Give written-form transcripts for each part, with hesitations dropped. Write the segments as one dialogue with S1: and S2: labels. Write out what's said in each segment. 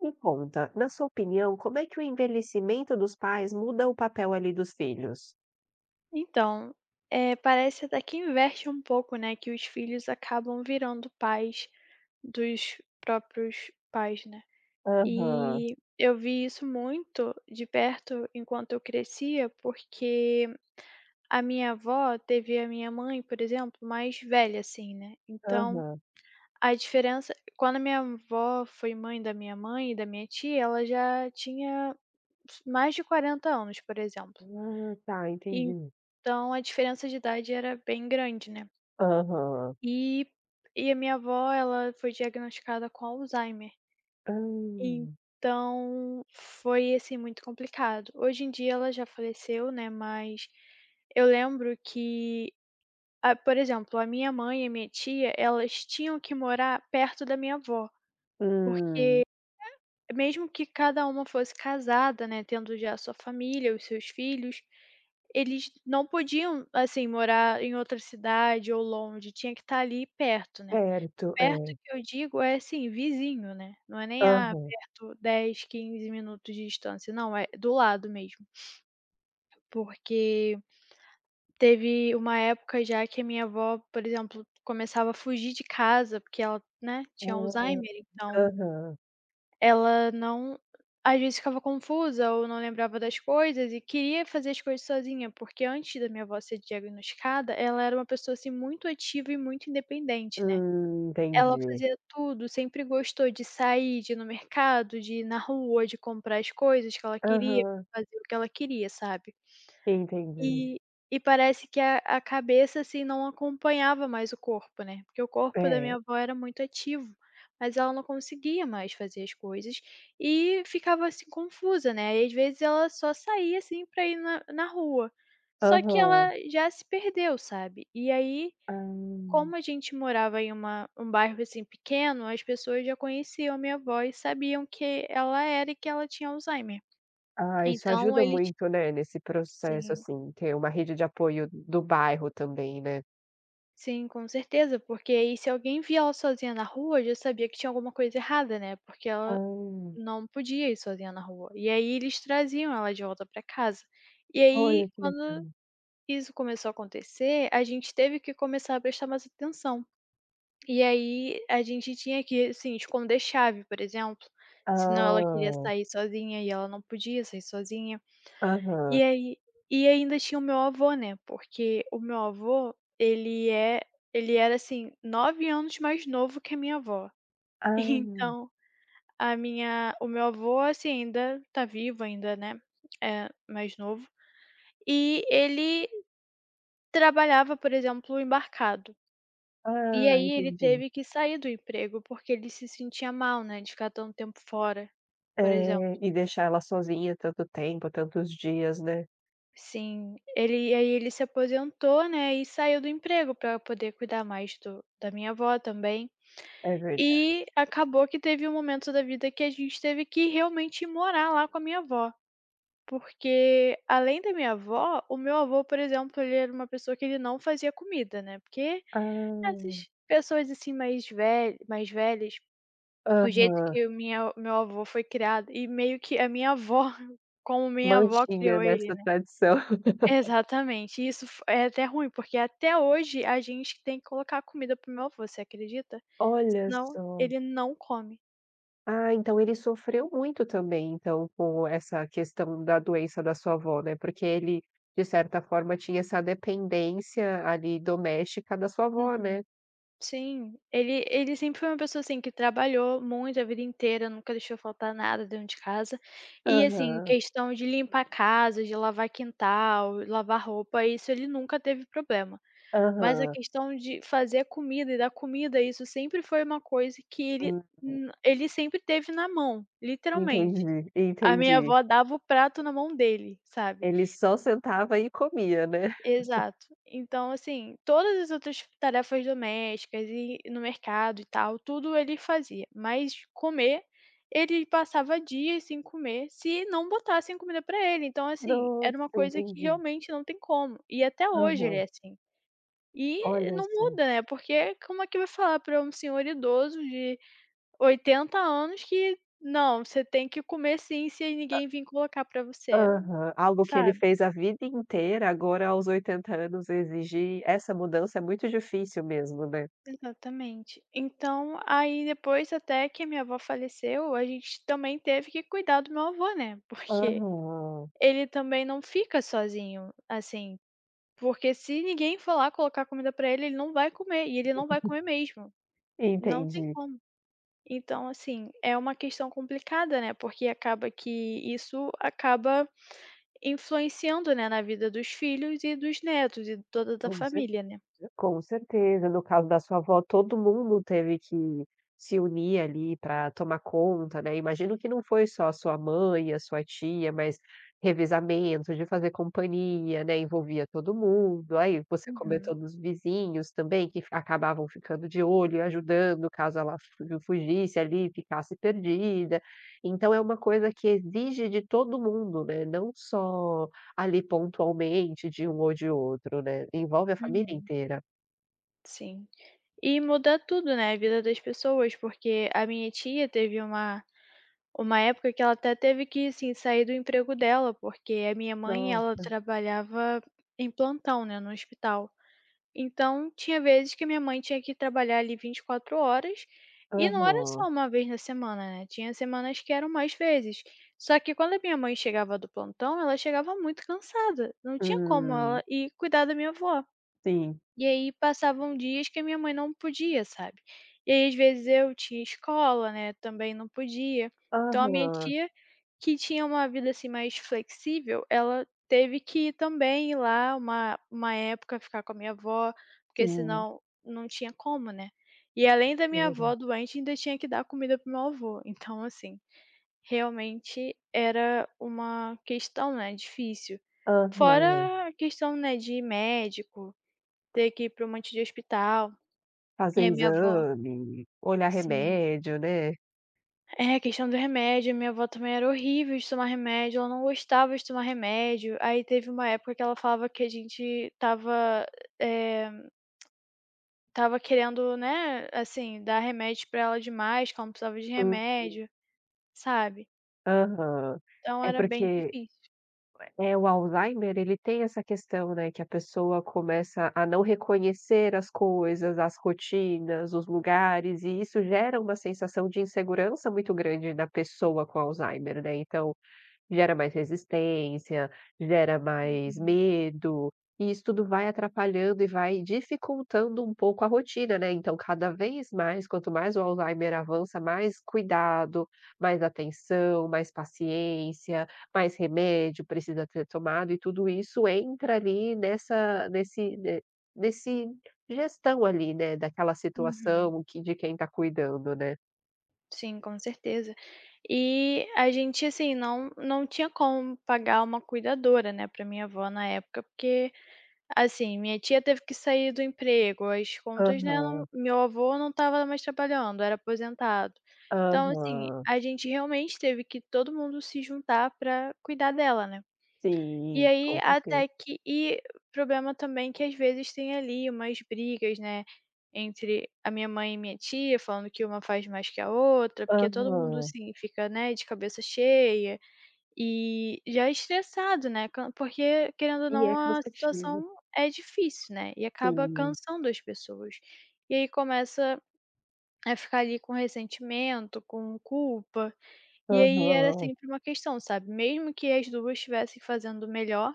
S1: Me conta, na sua opinião, como é que o envelhecimento dos pais muda o papel ali dos filhos?
S2: Então, parece até que inverte um pouco, né, que os filhos acabam virando pais dos próprios pais, né.
S1: Aham,
S2: e eu vi isso muito de perto enquanto eu crescia, porque a minha avó teve a minha mãe, por exemplo, mais velha, assim, né. Então,
S1: aham.
S2: a diferença quando a minha avó foi mãe da minha mãe e da minha tia, ela já tinha mais de 40 anos, por exemplo.
S1: Ah, tá, entendi.
S2: Então a diferença de idade era bem grande, né.
S1: Aham.
S2: E e a minha avó, ela foi diagnosticada com Alzheimer,
S1: Hum.
S2: então foi, assim, muito complicado. Hoje em dia ela já faleceu, né, mas eu lembro que a por exemplo, a minha mãe e a minha tia, elas tinham que morar perto da minha avó, porque
S1: Hum.
S2: mesmo que cada uma fosse casada, né, tendo já a sua família, os seus filhos, eles não podiam, assim, morar em outra cidade ou longe, tinha que estar ali perto, né.
S1: Certo,
S2: Perto
S1: é.
S2: que eu digo é, assim, vizinho, né, não é nem, ah,
S1: Aham.
S2: perto 10, 15 minutos de distância, não, é do lado mesmo. Porque teve uma época já que a minha avó, por exemplo, começava a fugir de casa, porque ela, né, tinha
S1: Ah,
S2: Alzheimer, então
S1: aham.
S2: ela não, às vezes ficava confusa ou não lembrava das coisas e queria fazer as coisas sozinha, porque antes da minha avó ser diagnosticada, ela era uma pessoa, assim, muito ativa e muito independente, né. Ela
S1: Entendi.
S2: fazia tudo, sempre gostou de sair, de ir no mercado, de ir na rua, de comprar as coisas que ela queria,
S1: Aham,
S2: fazer o que ela queria, sabe.
S1: entendi.
S2: E e parece que a cabeça, assim, não acompanhava mais o corpo, né, porque o corpo da
S1: É.
S2: minha avó era muito ativo, mas ela não conseguia mais fazer as coisas e ficava, assim, confusa, né, e às vezes ela só saía, assim, para ir na rua. Só que ela
S1: Aham.
S2: já se perdeu, sabe. E aí, como a
S1: Ah.
S2: gente morava em uma um bairro, assim, pequeno, as pessoas já conheciam a minha avó e sabiam que ela era e que ela tinha Alzheimer.
S1: Ah, isso
S2: Então
S1: ajuda
S2: eles
S1: muito, né, nesse processo,
S2: Sim.
S1: assim, ter uma rede de apoio do bairro também, né?
S2: Sim, com certeza, porque aí se alguém via ela sozinha na rua, já sabia que tinha alguma coisa errada, né, porque ela
S1: Ah.
S2: não podia ir sozinha na rua. E aí eles traziam ela de volta pra casa. E aí
S1: Olha que
S2: quando
S1: legal.
S2: isso começou a acontecer, a gente teve que começar a prestar mais atenção. E aí a gente tinha que, assim, esconder chave, por exemplo, senão ela queria
S1: Ah,
S2: sair sozinha e ela não podia sair sozinha. E
S1: aham.
S2: aí e ainda tinha o meu avô, né, porque o meu avô, ele era, assim, 9 anos mais novo que a minha avó.
S1: Ah.
S2: Então, a minha o meu avô, assim, ainda tá vivo ainda, né, é mais novo, e ele trabalhava, por exemplo, embarcado. E
S1: Ah,
S2: aí ele
S1: entendi.
S2: teve que sair do emprego, porque ele se sentia mal, né, de ficar tanto tempo fora, por exemplo.
S1: É, e deixar ela sozinha tanto tempo, tantos dias, né.
S2: Sim, ele aí ele se aposentou, né, e saiu do emprego para poder cuidar mais do da minha avó também.
S1: É verdade.
S2: E acabou que teve um momento da vida que a gente teve que realmente ir morar lá com a minha avó, porque além da minha avó, o meu avô, por exemplo, ele era uma pessoa que ele não fazia comida, né, porque
S1: Ah.
S2: essas pessoas, assim, mais velhas, o jeito
S1: Aham.
S2: que o minha meu avô foi criado e meio que a minha avó como minha avó
S1: Mantinha,
S2: criou
S1: né,
S2: ele, né.
S1: tradição.
S2: Exatamente, e isso f é até ruim, porque até hoje a gente tem que colocar comida pro meu avô, você acredita?
S1: Olha
S2: Senão
S1: só.
S2: ele não come.
S1: Ah, então ele sofreu muito também, então, com essa questão da doença da sua avó, né, porque ele, de certa forma, tinha essa dependência ali doméstica da sua avó,
S2: Uhum.
S1: né.
S2: Sim, ele ele sempre foi uma pessoa, assim, que trabalhou muito a vida inteira, nunca deixou faltar nada dentro de casa. E, assim,
S1: Aham.
S2: questão de limpar a casa, de lavar quintal, lavar roupa, isso ele nunca teve problema. Mas a
S1: Aham.
S2: questão de fazer comida e dar comida, isso sempre foi uma coisa que ele
S1: Hum.
S2: n ele sempre teve na mão, literalmente.
S1: Entendi,
S2: A minha
S1: entendi.
S2: avó dava o prato na mão dele, sabe.
S1: Ele só sentava e comia, né?
S2: Exato. Então, assim, todas as outras tarefas domésticas e no mercado e tal, tudo ele fazia, mas comer, ele passava dias sem comer, se não botassem comida pra ele. Então, assim, era
S1: Nossa,
S2: uma coisa que
S1: entendi.
S2: realmente não tem como, e até hoje ele
S1: Aham.
S2: é assim. E
S1: Olha
S2: não
S1: só.
S2: muda, né, porque como é que vai falar pra um senhor idoso de 80 anos que: "Não, você tem que comer sim, se ninguém vir colocar pra você",
S1: Aham. Algo que ele
S2: sabe.
S1: fez a vida inteira, agora aos 80 anos exigir essa mudança é muito difícil mesmo, né?
S2: Exatamente. Então, aí depois até que minha avó faleceu, a gente também teve que cuidar do meu avô, né, porque
S1: Aham.
S2: ele também não fica sozinho, assim, porque se ninguém for lá colocar comida pra ele, ele não vai comer, e ele não vai comer mesmo, não tem
S1: Entendi.
S2: como. Então, assim, é uma questão complicada, né, porque acaba que isso acaba influenciando, né, na vida dos filhos e dos netos e toda da
S1: Com
S2: família, né.
S1: Com certeza, no caso da sua avó, todo mundo teve que se unir ali para tomar conta, né. Imagino que não foi só a sua mãe, a sua tia, mas revezamento de fazer companhia, né, envolvia todo mundo. Aí você comentou
S2: Uhum.
S1: dos vizinhos também que acabavam ficando de olho e ajudando caso ela fu fugisse ali, ficasse perdida. Então é uma coisa que exige de todo mundo, né, não só ali pontualmente de um ou de outro, né, envolve a família
S2: Uhum,
S1: inteira.
S2: sim. E muda tudo, né, a vida das pessoas, porque a minha tia teve uma época que ela até teve que, assim, sair do emprego dela, porque a minha mãe, ela
S1: Nossa,
S2: trabalhava em plantão, né, no hospital. Então, tinha vezes que minha mãe tinha que trabalhar ali 24 horas, e não era só
S1: aham,
S2: uma vez na semana, né, tinha semanas que eram mais vezes. Só que quando a minha mãe chegava do plantão, ela chegava muito cansada, não tinha como ela
S1: hum,
S2: ir cuidar da minha avó.
S1: sim,
S2: E aí passavam dias que a minha mãe não podia, sabe. E aí às vezes eu tinha escola, né, também não podia. Então a minha
S1: aham,
S2: tia, que tinha uma vida, assim, mais flexível, ela teve que ir também ir lá uma época ficar com a minha avó, porque
S1: sim,
S2: senão não tinha como, né. E além da minha avó
S1: é,
S2: doente, ainda tinha que dar comida para meu avô. Então, assim, realmente era uma questão, né, difícil.
S1: aham,
S2: Fora a questão, né, de médico ter que ir pra um monte de hospital. E
S1: fazer
S2: aí minha avó
S1: exame, olhar
S2: sim.
S1: remédio, né,
S2: É, questão do remédio, minha avó também era horrível de tomar remédio, ela não gostava de tomar remédio. Aí teve uma época que ela falava que a gente eh, estava querendo, né, assim, dar remédio pra ela demais, que ela não precisava de
S1: hum,
S2: remédio, sabe.
S1: aham,
S2: Então
S1: é
S2: era bem
S1: porque...
S2: difícil.
S1: É, o Alzheimer, ele tem essa questão, né, que a pessoa começa a não reconhecer as coisas, as rotinas, os lugares, e isso gera uma sensação de insegurança muito grande na pessoa com Alzheimer, né. Então, gera mais resistência, gera mais
S2: Uhum,
S1: medo, e isso tudo vai atrapalhando e vai dificultando um pouco a rotina, né. Então cada vez mais, quanto mais o Alzheimer avança, mais cuidado, mais atenção, mais paciência, mais remédio precisa ser tomado e tudo isso entra ali nessa nesse ne nesse gestão ali, né, daquela
S2: uhum.
S1: situação que de quem está cuidando, né.
S2: Sim, com certeza. E a gente, assim, não tinha como pagar uma cuidadora, né, pra minha avó na época, porque assim, minha tia teve que sair do emprego, as contas, né, não
S1: Aham,
S2: meu avô não estava mais trabalhando, era aposentado. Então, assim,
S1: aham.
S2: a gente realmente teve que todo mundo se juntar para cuidar dela, né. E
S1: Sim,
S2: aí
S1: com certeza.
S2: até que problema também que às vezes tem ali umas brigas, né, entre a minha mãe e minha tia, falando que uma faz mais que a outra, porque todo mundo,
S1: Aham.
S2: assim, fica, né, de cabeça cheia. E já é estressado, né, can porque querendo ou
S1: E
S2: não
S1: é
S2: a
S1: cansativo,
S2: situação é difícil, né, e acaba
S1: sim.
S2: cansando as pessoas. E aí começa a ficar ali com ressentimento, com culpa, e aí era
S1: Aham,
S2: sempre uma questão, sabe, mesmo que as 2 estivessem fazendo o melhor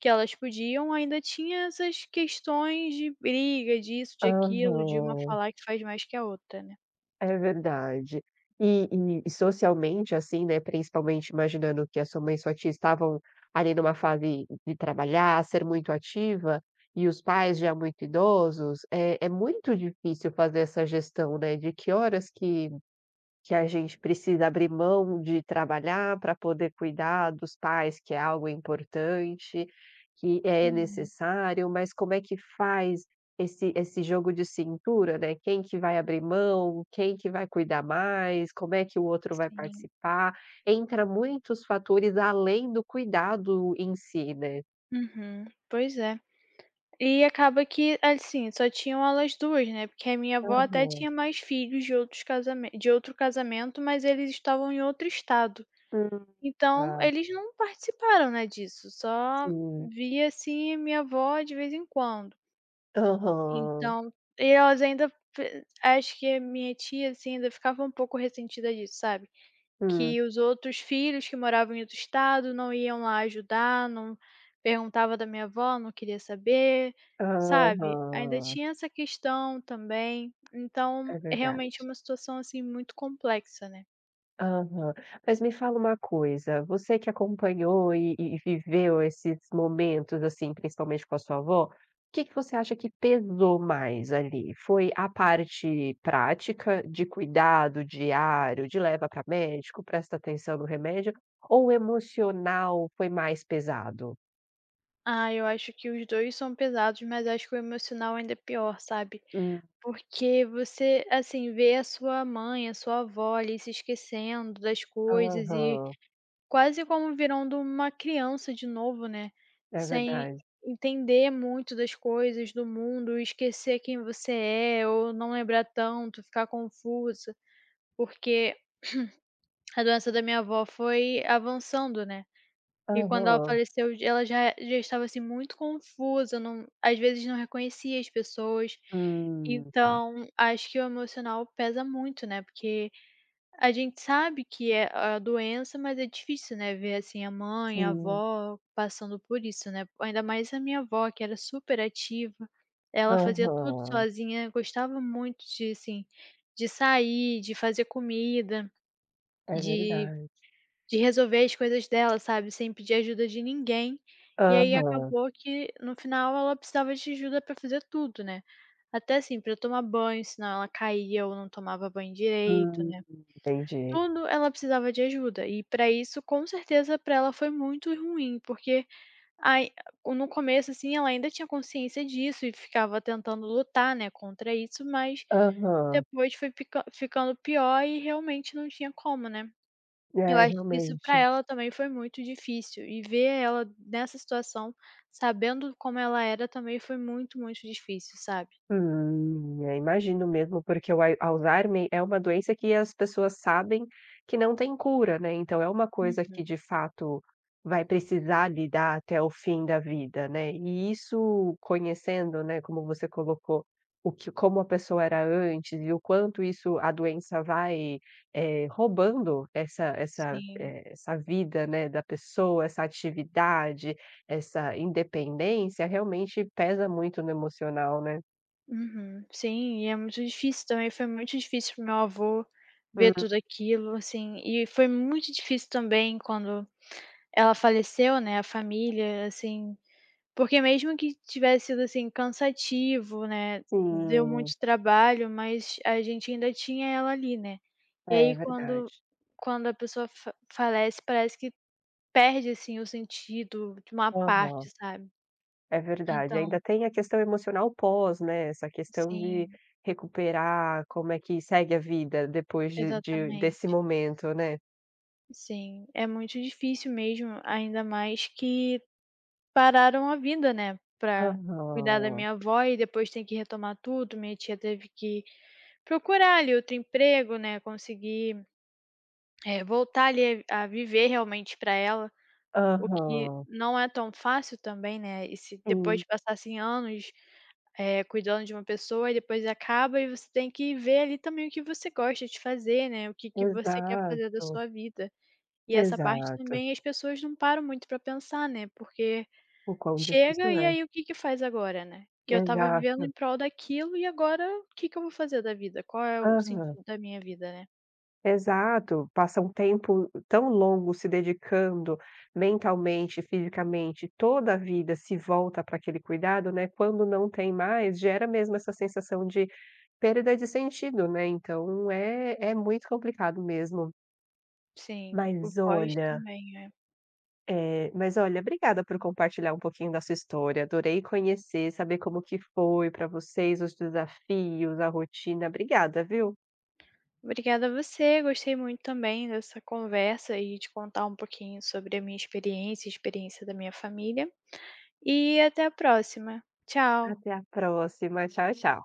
S2: que elas podiam, ainda tinha essas questões de briga, disso, de aquilo, de uma
S1: aham.
S2: falar que faz mais que a outra, né.
S1: É verdade. E socialmente, assim, né, principalmente imaginando que a sua mãe e sua tia estavam ali numa fase de trabalhar, ser muito ativa, e os pais já muito idosos, é muito difícil fazer essa gestão, né, de que horas que que a gente precisa abrir mão de trabalhar para poder cuidar dos pais, que é algo importante, que é
S2: Hum,
S1: necessário, mas como é que faz esse jogo de cintura, né, quem que vai abrir mão, quem que vai cuidar mais, como é que o outro vai
S2: sim.
S1: participar, entra muitos fatores além do cuidado em si, né.
S2: Uhum, pois é. E acaba que, assim, só tinham elas duas, né, porque a minha avó até
S1: Aham.
S2: tinha mais filhos de outro casamento, mas eles estavam em outro estado.
S1: Hum.
S2: Então
S1: Ah,
S2: eles não participaram, né, disso, só
S1: sim.
S2: via, assim, a minha avó de vez em quando.
S1: Aham.
S2: Então elas ainda f acho que a minha tia, assim, ainda ficava um pouco ressentida disso, sabe.
S1: Hum.
S2: Que os outros filhos que moravam em outro estado não iam lá ajudar, não perguntava da minha avó, não queria saber, sabe. Ainda
S1: Aham,
S2: tinha essa questão também, então
S1: é
S2: é
S1: verdade.
S2: realmente uma situação, assim, muito complexa, né.
S1: Aham. Mas me fala uma coisa, você que acompanhou e viveu esses momentos, assim, principalmente com a sua avó, o que que você acha que pesou mais ali? Foi a parte prática de cuidado diário, de leva para médico, presta atenção no remédio, ou o emocional foi mais pesado?
S2: Ah, eu acho que os 2 são pesados, mas acho que o emocional ainda é pior, sabe.
S1: Hum,
S2: Porque você, assim, vê a sua mãe, a sua avó ali se esquecendo das coisas e
S1: aham,
S2: quase como virando uma criança de novo, né,
S1: é
S2: sem
S1: verdade.
S2: entender muito das coisas, do mundo, esquecer quem você é ou não lembrar tanto, ficar confusa, porque a doença da minha avó foi avançando, né, e quando ela
S1: Aham.
S2: faleceu ela já estava, assim, muito confusa, não, às vezes não reconhecia as pessoas,
S1: Tá.
S2: então acho que o emocional pesa muito, né, porque a gente sabe que é a doença, mas é difícil, né, ver, assim, a mãe, a
S1: Sim.
S2: avó passando por isso, né. Ainda mais a minha avó, que era super ativa, ela fazia tudo
S1: Aham,
S2: sozinha, gostava muito de, assim, de sair, de fazer comida,
S1: é
S2: de
S1: verdade.
S2: de resolver as coisas dela, sabe, sem pedir ajuda de ninguém. E aí
S1: Aham.
S2: acabou que, no final, ela precisava de ajuda para fazer tudo, né. Até, assim, para tomar banho, senão ela caía ou não tomava banho direito,
S1: Hum,
S2: né,
S1: entendi.
S2: tudo ela precisava de ajuda, e para isso, com certeza, para ela foi muito ruim, porque ai no começo, assim, ela ainda tinha consciência disso e ficava tentando lutar, né, contra isso, mas
S1: Aham.
S2: depois foi ficando pior e realmente não tinha como, né. Eu
S1: É,
S2: acho que isso para
S1: realmente.
S2: ela também foi muito difícil, e ver ela nessa situação, sabendo como ela era, também foi muito, muito difícil, sabe.
S1: Eu imagino mesmo, porque o ai Alzheimer é uma doença que as pessoas sabem que não tem cura, né, então é uma coisa
S2: Hum.
S1: que de fato vai precisar lidar até o fim da vida, né, e isso conhecendo, né, como você colocou, o que como a pessoa era antes e o quanto isso a doença vai, roubando essa essa,
S2: Sim.
S1: eh, essa vida, né, da pessoa, essa atividade, essa independência, realmente pesa muito no emocional, né.
S2: Uhum. Sim, e é muito difícil também, foi muito difícil para meu avô ver tudo aquilo, assim, e foi muito difícil também quando ela faleceu, né, a família, assim, porque mesmo que tivesse sido, assim, cansativo, né, deu
S1: Sim,
S2: muito trabalho, mas a gente ainda tinha ela ali, né. E
S1: é
S2: aí quando
S1: verdade.
S2: a pessoa fa falece, parece que perde, assim, o sentido de uma parte,
S1: Aham.
S2: sabe.
S1: É verdade, ainda
S2: Então
S1: tem a questão emocional pós, né, essa questão de
S2: sim,
S1: recuperar, como é que segue a vida depois de desse
S2: exatamente.
S1: momento, né.
S2: Sim, é muito difícil mesmo, ainda mais que pararam a vida, né, pra cuidar da
S1: Aham,
S2: minha avó e depois tem que retomar tudo. Minha tia teve que procurar ali outro emprego, né, conseguir, voltar ali a viver realmente pra ela, o que
S1: aham.
S2: não é tão fácil também, né. E se depois
S1: Sim,
S2: passassem anos, cuidando de uma pessoa e depois acaba e você tem que ver ali também o que você gosta de fazer, né, o que que você quer fazer da
S1: exato,
S2: sua vida. E essa parte
S1: exato.
S2: também as pessoas não param muito para pensar, né, porque
S1: O quão
S2: chega
S1: difícil
S2: e
S1: é.
S2: aí o que que faz agora, né? Que eu estava vivendo
S1: Exato,
S2: em prol daquilo e agora o que que eu vou fazer da vida? Qual é o
S1: aham.
S2: sentido da minha vida, né?
S1: Exato, passa um tempo tão longo se dedicando mentalmente, fisicamente, toda a vida se volta para aquele cuidado, né, quando não tem mais, gera mesmo essa sensação de perda de sentido, né, então é muito complicado mesmo.
S2: Sim, o
S1: Mas
S2: pós
S1: olha,
S2: também é.
S1: mas olha, obrigada por compartilhar um pouquinho da sua história, adorei conhecer, saber como que foi para vocês, os desafios, a rotina. Obrigada, viu.
S2: Obrigada a você, gostei muito também dessa conversa e de contar um pouquinho sobre a minha experiência, a experiência da minha família, e até a próxima. Tchau.
S1: Até a próxima, tchau, tchau.